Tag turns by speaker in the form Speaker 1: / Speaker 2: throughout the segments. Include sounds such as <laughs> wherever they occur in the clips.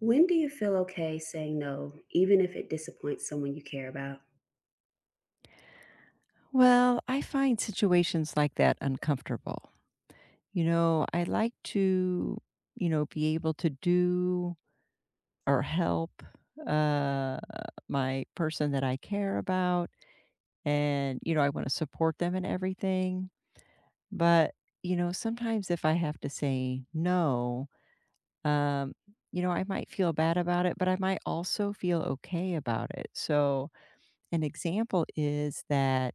Speaker 1: When do you feel okay saying no, even if it disappoints someone you care about?
Speaker 2: Well, I find situations like that uncomfortable. You know, I like to, be able to do or help uh my person that I care about, and you know, I want to support them and everything, but you know, sometimes if I have to say no, um you know, I might feel bad about it, but I might also feel okay about it. So, an example is that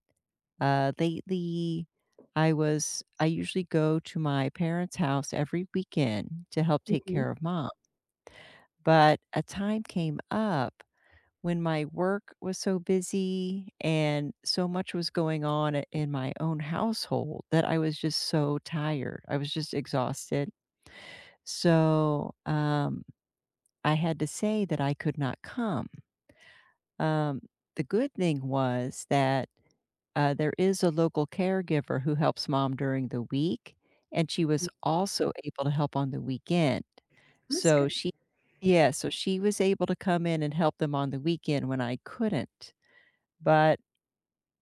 Speaker 2: Lately, I usually go to my parents' house every weekend to help take
Speaker 1: Mhm.
Speaker 2: care of mom, but a time came up when my work was so busy and so much was going on in my own household that I was just so tired. I was just exhausted. So I had to say that I could not come. Um, the good thing was that there is a local caregiver who helps mom during the week, and she was
Speaker 1: Mm,
Speaker 2: also able to help on the weekend.
Speaker 1: that's good.
Speaker 2: So she Yeah, so she was able to come in and help them on the weekend when I couldn't. But,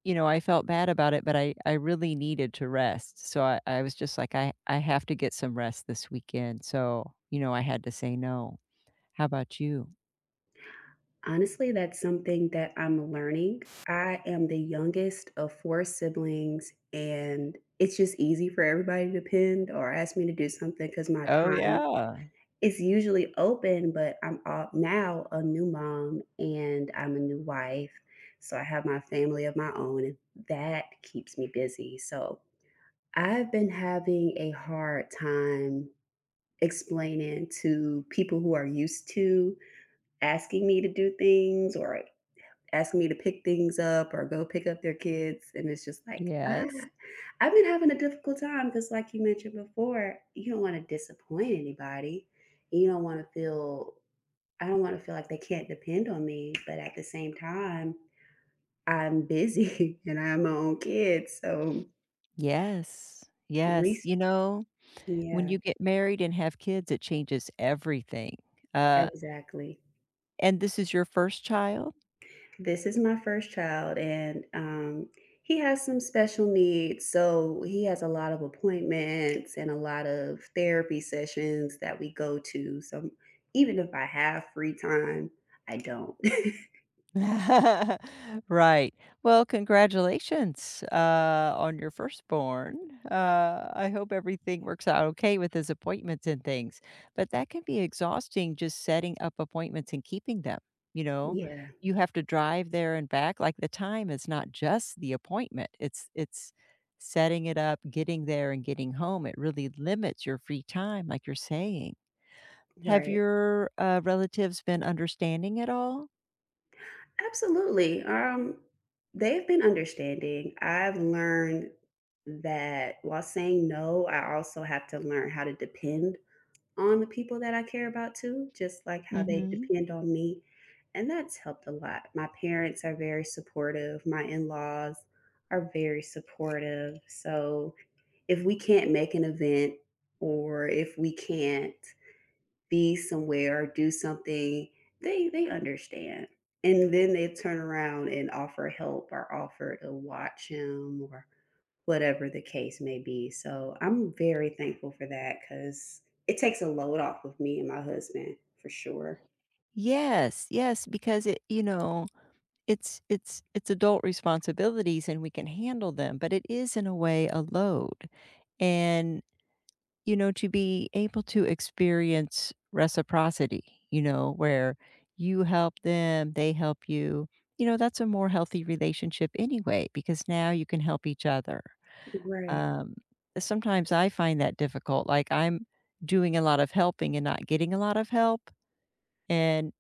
Speaker 2: you know, I felt bad about it, but I really needed to rest. So I was just like, I have to get some rest this weekend. So, you know, I had to say no. How about you?
Speaker 1: Honestly, that's something that I'm learning. I am the youngest of 4 siblings, and it's just easy for everybody to depend or ask me to do something because my
Speaker 2: Oh
Speaker 1: time
Speaker 2: yeah.
Speaker 1: is usually open. But I'm all, now a new mom and I'm a new wife. So I have my family of my own, and that keeps me busy. So I've been having a hard time explaining to people who are used to asking me to do things or asking me to pick things up or go pick up their kids. And it's just like, ah,
Speaker 2: Yes.
Speaker 1: I've been having a difficult time because, like you mentioned before, you don't want to disappoint anybody. You don't want to feel, I don't want to feel like they can't depend on me. But at the same time, I'm busy <laughs> and I have my own kids. So,
Speaker 2: Yes. Yes.
Speaker 1: re-
Speaker 2: You know, when
Speaker 1: yeah,
Speaker 2: you get married and have kids, it changes everything. Uh,
Speaker 1: exactly.
Speaker 2: and this is your first child?
Speaker 1: This is my first child, and he has some special needs. So he has a lot of appointments and a lot of therapy sessions that we go to. So even if I have free time, I don't. <laughs>
Speaker 2: <laughs> Right. Well, congratulations, on your firstborn. I hope everything works out okay with his appointments and things, but that can be exhausting just setting up appointments and keeping them, you know?
Speaker 1: Yeah,
Speaker 2: You have to drive there and back, like, the time is not just the appointment, it's setting it up, getting there, and getting home. It really limits your free time, like you're saying. Have
Speaker 1: right.
Speaker 2: your, relatives been understanding at all?
Speaker 1: Absolutely. They've been understanding. I've learned that while saying no, I also have to learn how to depend on the people that I care about too, just like how they
Speaker 2: Mhm.
Speaker 1: depend on me. And that's helped a lot. My parents are very supportive. My in laws are very supportive. So if we can't make an event or if we can't be somewhere or do something, they understand. And then they turn around and offer help or offer to watch him or whatever the case may be. So I'm very thankful for that because it takes a load off of me and my husband for sure.
Speaker 2: Yes, yes, because it you know, it's adult responsibilities and we can handle them, but it is in a way a load. And, you know, to be able to experience reciprocity, you know, where you help them, they help you, you know, that's a more healthy relationship anyway, because now you can help each other.
Speaker 1: Right.
Speaker 2: Um, sometimes I find that difficult. Like I'm doing a lot of helping and not getting a lot of help. And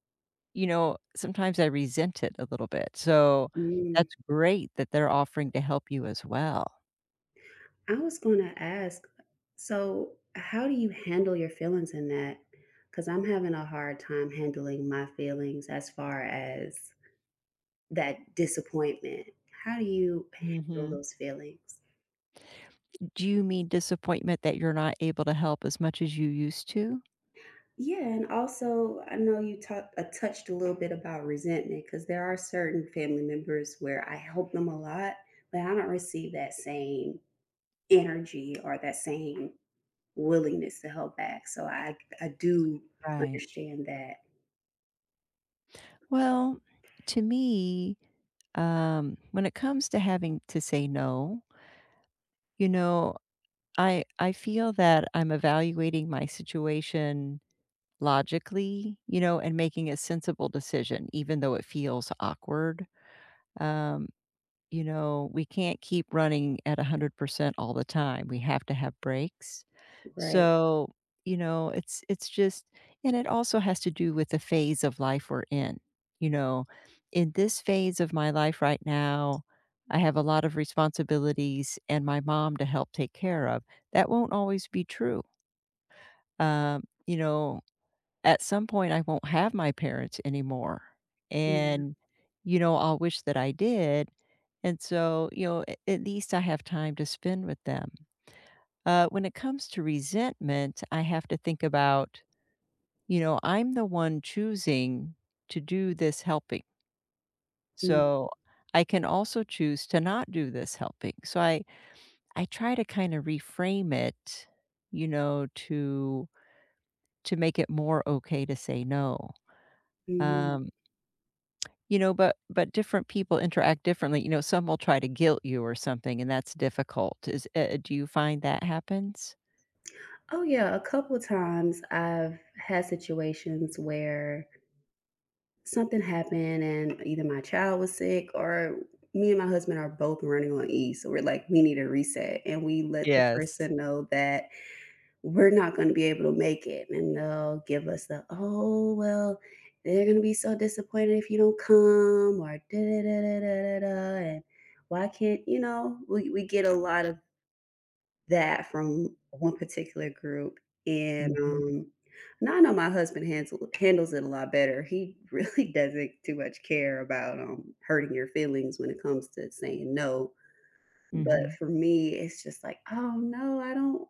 Speaker 2: you know, sometimes I resent it a little bit, so
Speaker 1: Mm.
Speaker 2: that's great that they're offering to help you as well.
Speaker 1: I was going to ask, so how do you handle your feelings in that? Because I'm having a hard time handling my feelings as far as that disappointment. How do you handle
Speaker 2: Mhm.
Speaker 1: those feelings?
Speaker 2: Do you mean disappointment that you're not able to help as much as you used to?
Speaker 1: Yeah, and also I know you talked touched a little bit about resentment because there are certain family members where I help them a lot, but I don't receive that same energy or that same willingness to help back. So I do
Speaker 2: Right.
Speaker 1: understand that,
Speaker 2: Well, to me, when it comes to having to say no, you know, I feel that I'm evaluating my situation logically, you know, and making a sensible decision, even though it feels awkward. Um, you know, we can't keep running at 100% all the time. We have to have breaks.
Speaker 1: right?
Speaker 2: So, you know, it's just and it also has to do with the phase of life we're in. You know, in this phase of my life right now, I have a lot of responsibilities and my mom to help take care of. That won't always be true. You know, at some point I won't have my parents anymore.
Speaker 1: Yeah.
Speaker 2: And, you know, I'll wish that I did. And so, you know, at least I have time to spend with them. When it comes to resentment, I have to think about, you know, I'm the one choosing to do this helping. So I can also choose to not do this helping. I try to kind of reframe it, you know, to make it more okay to say no.
Speaker 1: Mhm.
Speaker 2: Um, you know, but different people interact differently. You know, some will try to guilt you or something, and that's difficult. Is do you find that happens?
Speaker 1: Oh yeah, a couple times I've had situations where something happened and either my child was sick or me and my husband are both running on E. So we're like, we need a reset. And we let the
Speaker 2: Yes.
Speaker 1: person know that we're not going to be able to make it. And they'll give us the, oh, well, they're going to be so disappointed if you don't come or da da da da da da da." And why can't, you know, we get a lot of that from one particular group, and,
Speaker 2: hmm
Speaker 1: now I know my husband handles it a lot better. He really <laughs> doesn't too much care about, hurting your feelings when it comes to saying no, but
Speaker 2: hmm
Speaker 1: for me, it's just like, "Oh, no,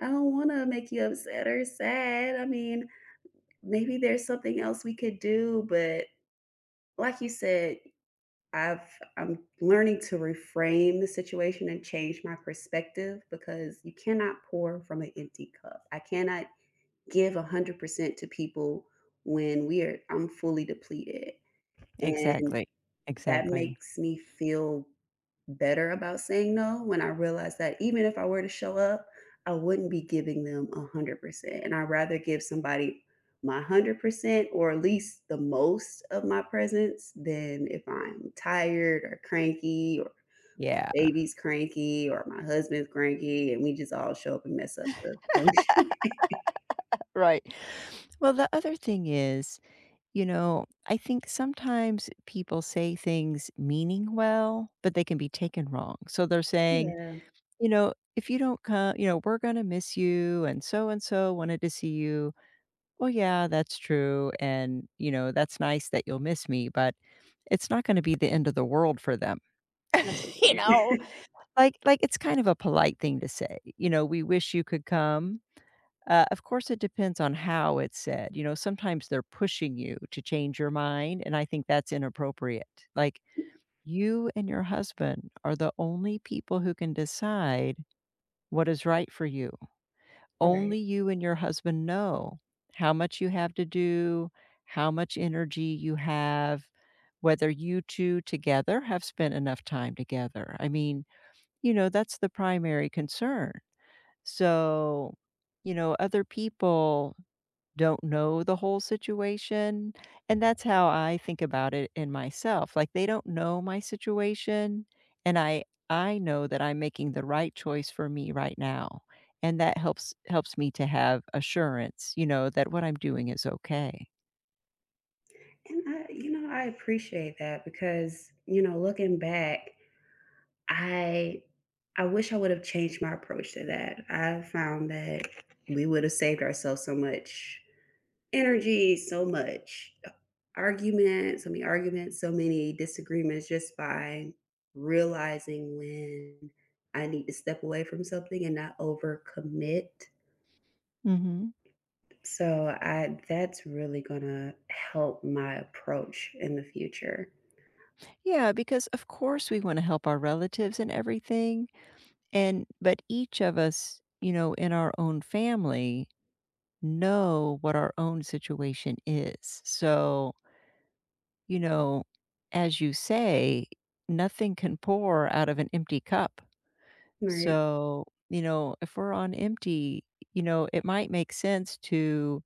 Speaker 1: I don't wanna make you upset or sad, I mean, maybe there's something else we could do," but like you said I've I'm learning to reframe the situation and change my perspective because you cannot pour from an empty cup. I cannot give 100% to people when we are I'm fully depleted and
Speaker 2: Exactly,
Speaker 1: that
Speaker 2: exactly.
Speaker 1: makes me feel better about saying no when I realized that even if I were to show up, I wouldn't be giving them 100%. And I'd rather give somebody my 100% or at least the most of my presence than if I'm tired or cranky or
Speaker 2: Yeah,
Speaker 1: baby's cranky or my husband's cranky and we just all show up and mess up the function. <laughs>
Speaker 2: right. Well, the other thing is, you know, I think sometimes people say things meaning well, but they can be taken wrong. So they're saying,
Speaker 1: Yeah,
Speaker 2: you know, if you don't come, you know, we're going to miss you and so wanted to see you. Well, yeah, that's true and, you know, that's nice that you'll miss me, but it's not going to be the end of the world for them. <laughs> You
Speaker 1: absolutely.
Speaker 2: know,
Speaker 1: <laughs>
Speaker 2: like it's kind of a polite thing to say. You know, we wish you could come. Of course, it depends on how it's said. You know, sometimes they're pushing you to change your mind, and I think that's inappropriate. Like, you and your husband are the only people who can decide what is right for you.
Speaker 1: Right.
Speaker 2: Only you and your husband know how much you have to do, how much energy you have, whether you two together have spent enough time together. I mean, you know, that's the primary concern. So, you know, other people don't know the whole situation, and that's how I think about it in myself, like, they don't know my situation, and I know that I'm making the right choice for me right now, and that helps me to have assurance, you know, that what I'm doing is okay.
Speaker 1: And I appreciate that because, looking back, I I wish I would have changed my approach to that. I found that we would have saved ourselves so much energy, so much argument, so many arguments, so many disagreements just by realizing when I need to step away from something and not overcommit.
Speaker 2: Mhm.
Speaker 1: So I that's really gonna help my approach in the future.
Speaker 2: Yeah, because of course we wanna help our relatives and everything, and but each of us, you know, in our own family know what our own situation is, so you know, as you say, nothing can pour out of an empty cup.
Speaker 1: Right.
Speaker 2: So, you know, if we're on empty, you know, it might make sense to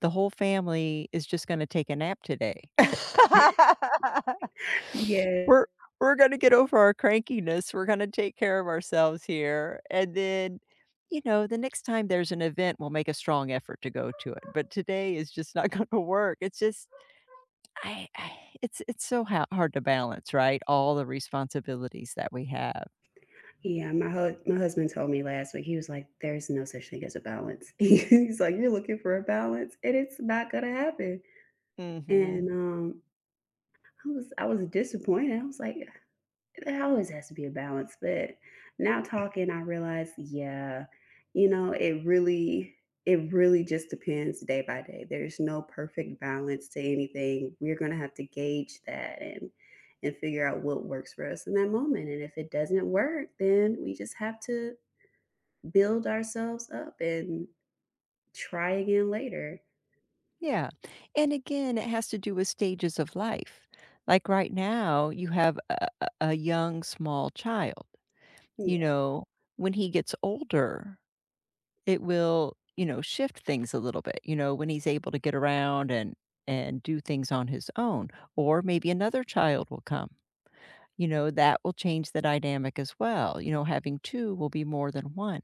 Speaker 2: The whole family is just going to take a nap today. <laughs>
Speaker 1: <laughs> Yeah.
Speaker 2: we're we're going to get over our crankiness. We're going to take care of ourselves here. And then, you know, the next time there's an event, we'll make a strong effort to go to it. But today is just not <laughs> going to work. It's just I it's so ha hard to balance, right? All the responsibilities that we have.
Speaker 1: Yeah, my husband told me last week, he was like, "There's no such thing as a balance." <laughs> He's like, "You're looking for a balance, and it's not gonna happen." And,
Speaker 2: Mhm.
Speaker 1: I was disappointed. I was like, "There always has to be a balance," but now talking, I realized, yeah, you know, it really it really just depends day by day. There's no perfect balance to anything. We're gonna have to gauge that and figure out what works for us in that moment, and if it doesn't work, then we just have to build ourselves up and try again later.
Speaker 2: Yeah, and again, it has to do with stages of life. Like, right now, you have a young, small child, you
Speaker 1: Yeah,
Speaker 2: know? When he gets older, it will, you know, shift things a little bit, you know, when he's able to get around and do things on his own, or maybe another child will come, you know, that will change the dynamic as well. You know, having 2 will be more than 1.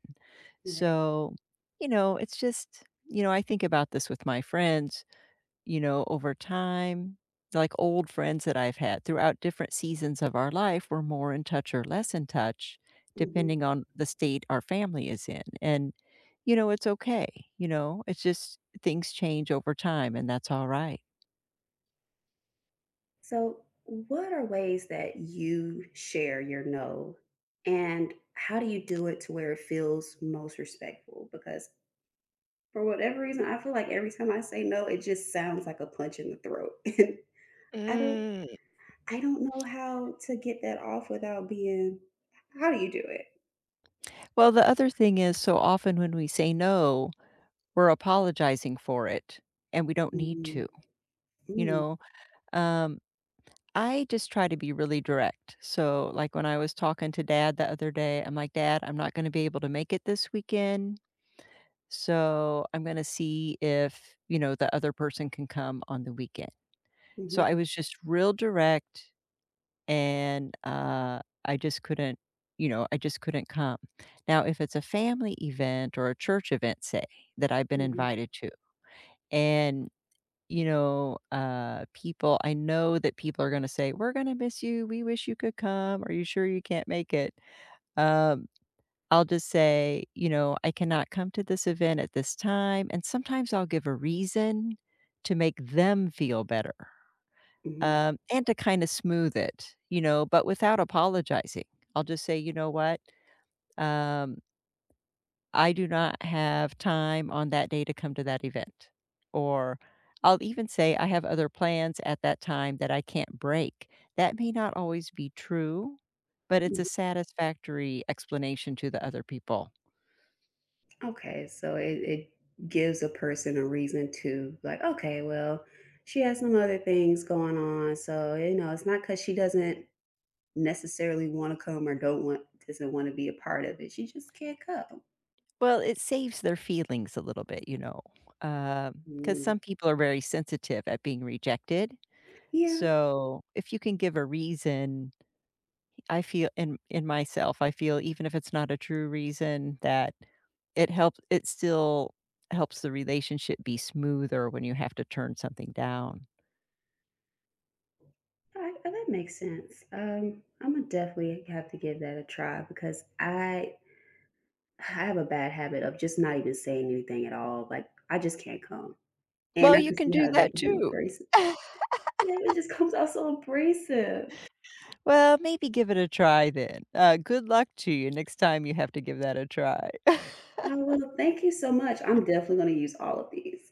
Speaker 1: right.
Speaker 2: So, you know, it's just you know, I think about this with my friends, you know, over time, like old friends that I've had throughout different seasons of our life, we're more in touch or less in touch
Speaker 1: Mhm.
Speaker 2: depending on the state our family is in, and, you know, it's okay, you know? It's just things change over time, and that's alright.
Speaker 1: So, what are ways that you share your no, and how do you do it to where it feels most respectful? Because for whatever reason, I feel like every time I say no, it just sounds like a punch in the throat, <laughs> and I don't, I don't know how to get that off without being. How do you do it?
Speaker 2: Well, the other thing is so often when we say no, we're apologizing for it, and we don't need
Speaker 1: Mhm.
Speaker 2: to, you
Speaker 1: Mm.
Speaker 2: know? Um, I just try to be really direct. So, like, when I was talking to dad the other day, I'm like, "Dad, I'm not gonna be able to make it this weekend. So I'm gonna see if, you know, the other person can come on the weekend. So I
Speaker 1: Mhm.
Speaker 2: was just real direct and, I just couldn't, you know, I just couldn't come. Now if it's a family event or a church event, say, that I've been
Speaker 1: Mhm.
Speaker 2: invited to, and, you know, people I know that people are gonna say, "We're gonna miss you. We wish you could come. Are you sure you can't make it?" Um I'll just say, you know, "I cannot come to this event at this time," and sometimes I'll give a reason to make them feel better,
Speaker 1: Mhm.
Speaker 2: and to kinda smooth it, you know, but without apologizing. I'll just say, "You know what? Um" I do not have time on that day to come to that event. Or I'll even say I have other plans at that time that I can't break. That may not always be true, but it's a
Speaker 1: Mhm.
Speaker 2: satisfactory explanation to the other people.
Speaker 1: Okay, so it gives a person a reason to like, okay, well, she has some other things going on, so you know, it's not because she doesn't necessarily want to come or don't want doesn't want to be a part of it. She just can't come.
Speaker 2: Well, it saves their feelings a little bit, you know, because
Speaker 1: Mm,
Speaker 2: some people are very sensitive at being rejected.
Speaker 1: yeah,
Speaker 2: So, if you can give a reason, I feel in myself, I feel even if it's not a true reason that it helps it still helps the relationship be smoother when you have to turn something down.
Speaker 1: I- that makes sense. I'm gonna definitely have to give that a try because I have a bad habit of just not even saying anything at all. Like I just can't come, and
Speaker 2: Well,
Speaker 1: I
Speaker 2: you
Speaker 1: can
Speaker 2: can
Speaker 1: see
Speaker 2: do
Speaker 1: how that
Speaker 2: that
Speaker 1: could be
Speaker 2: too.
Speaker 1: abrasive.
Speaker 2: <laughs>
Speaker 1: Yeah, it just comes out so abrasive.
Speaker 2: Well, maybe give it a try then. Good luck to you next time you have to give that a try.
Speaker 1: I will. Thank you so much. I'm definitely gonna use all of these.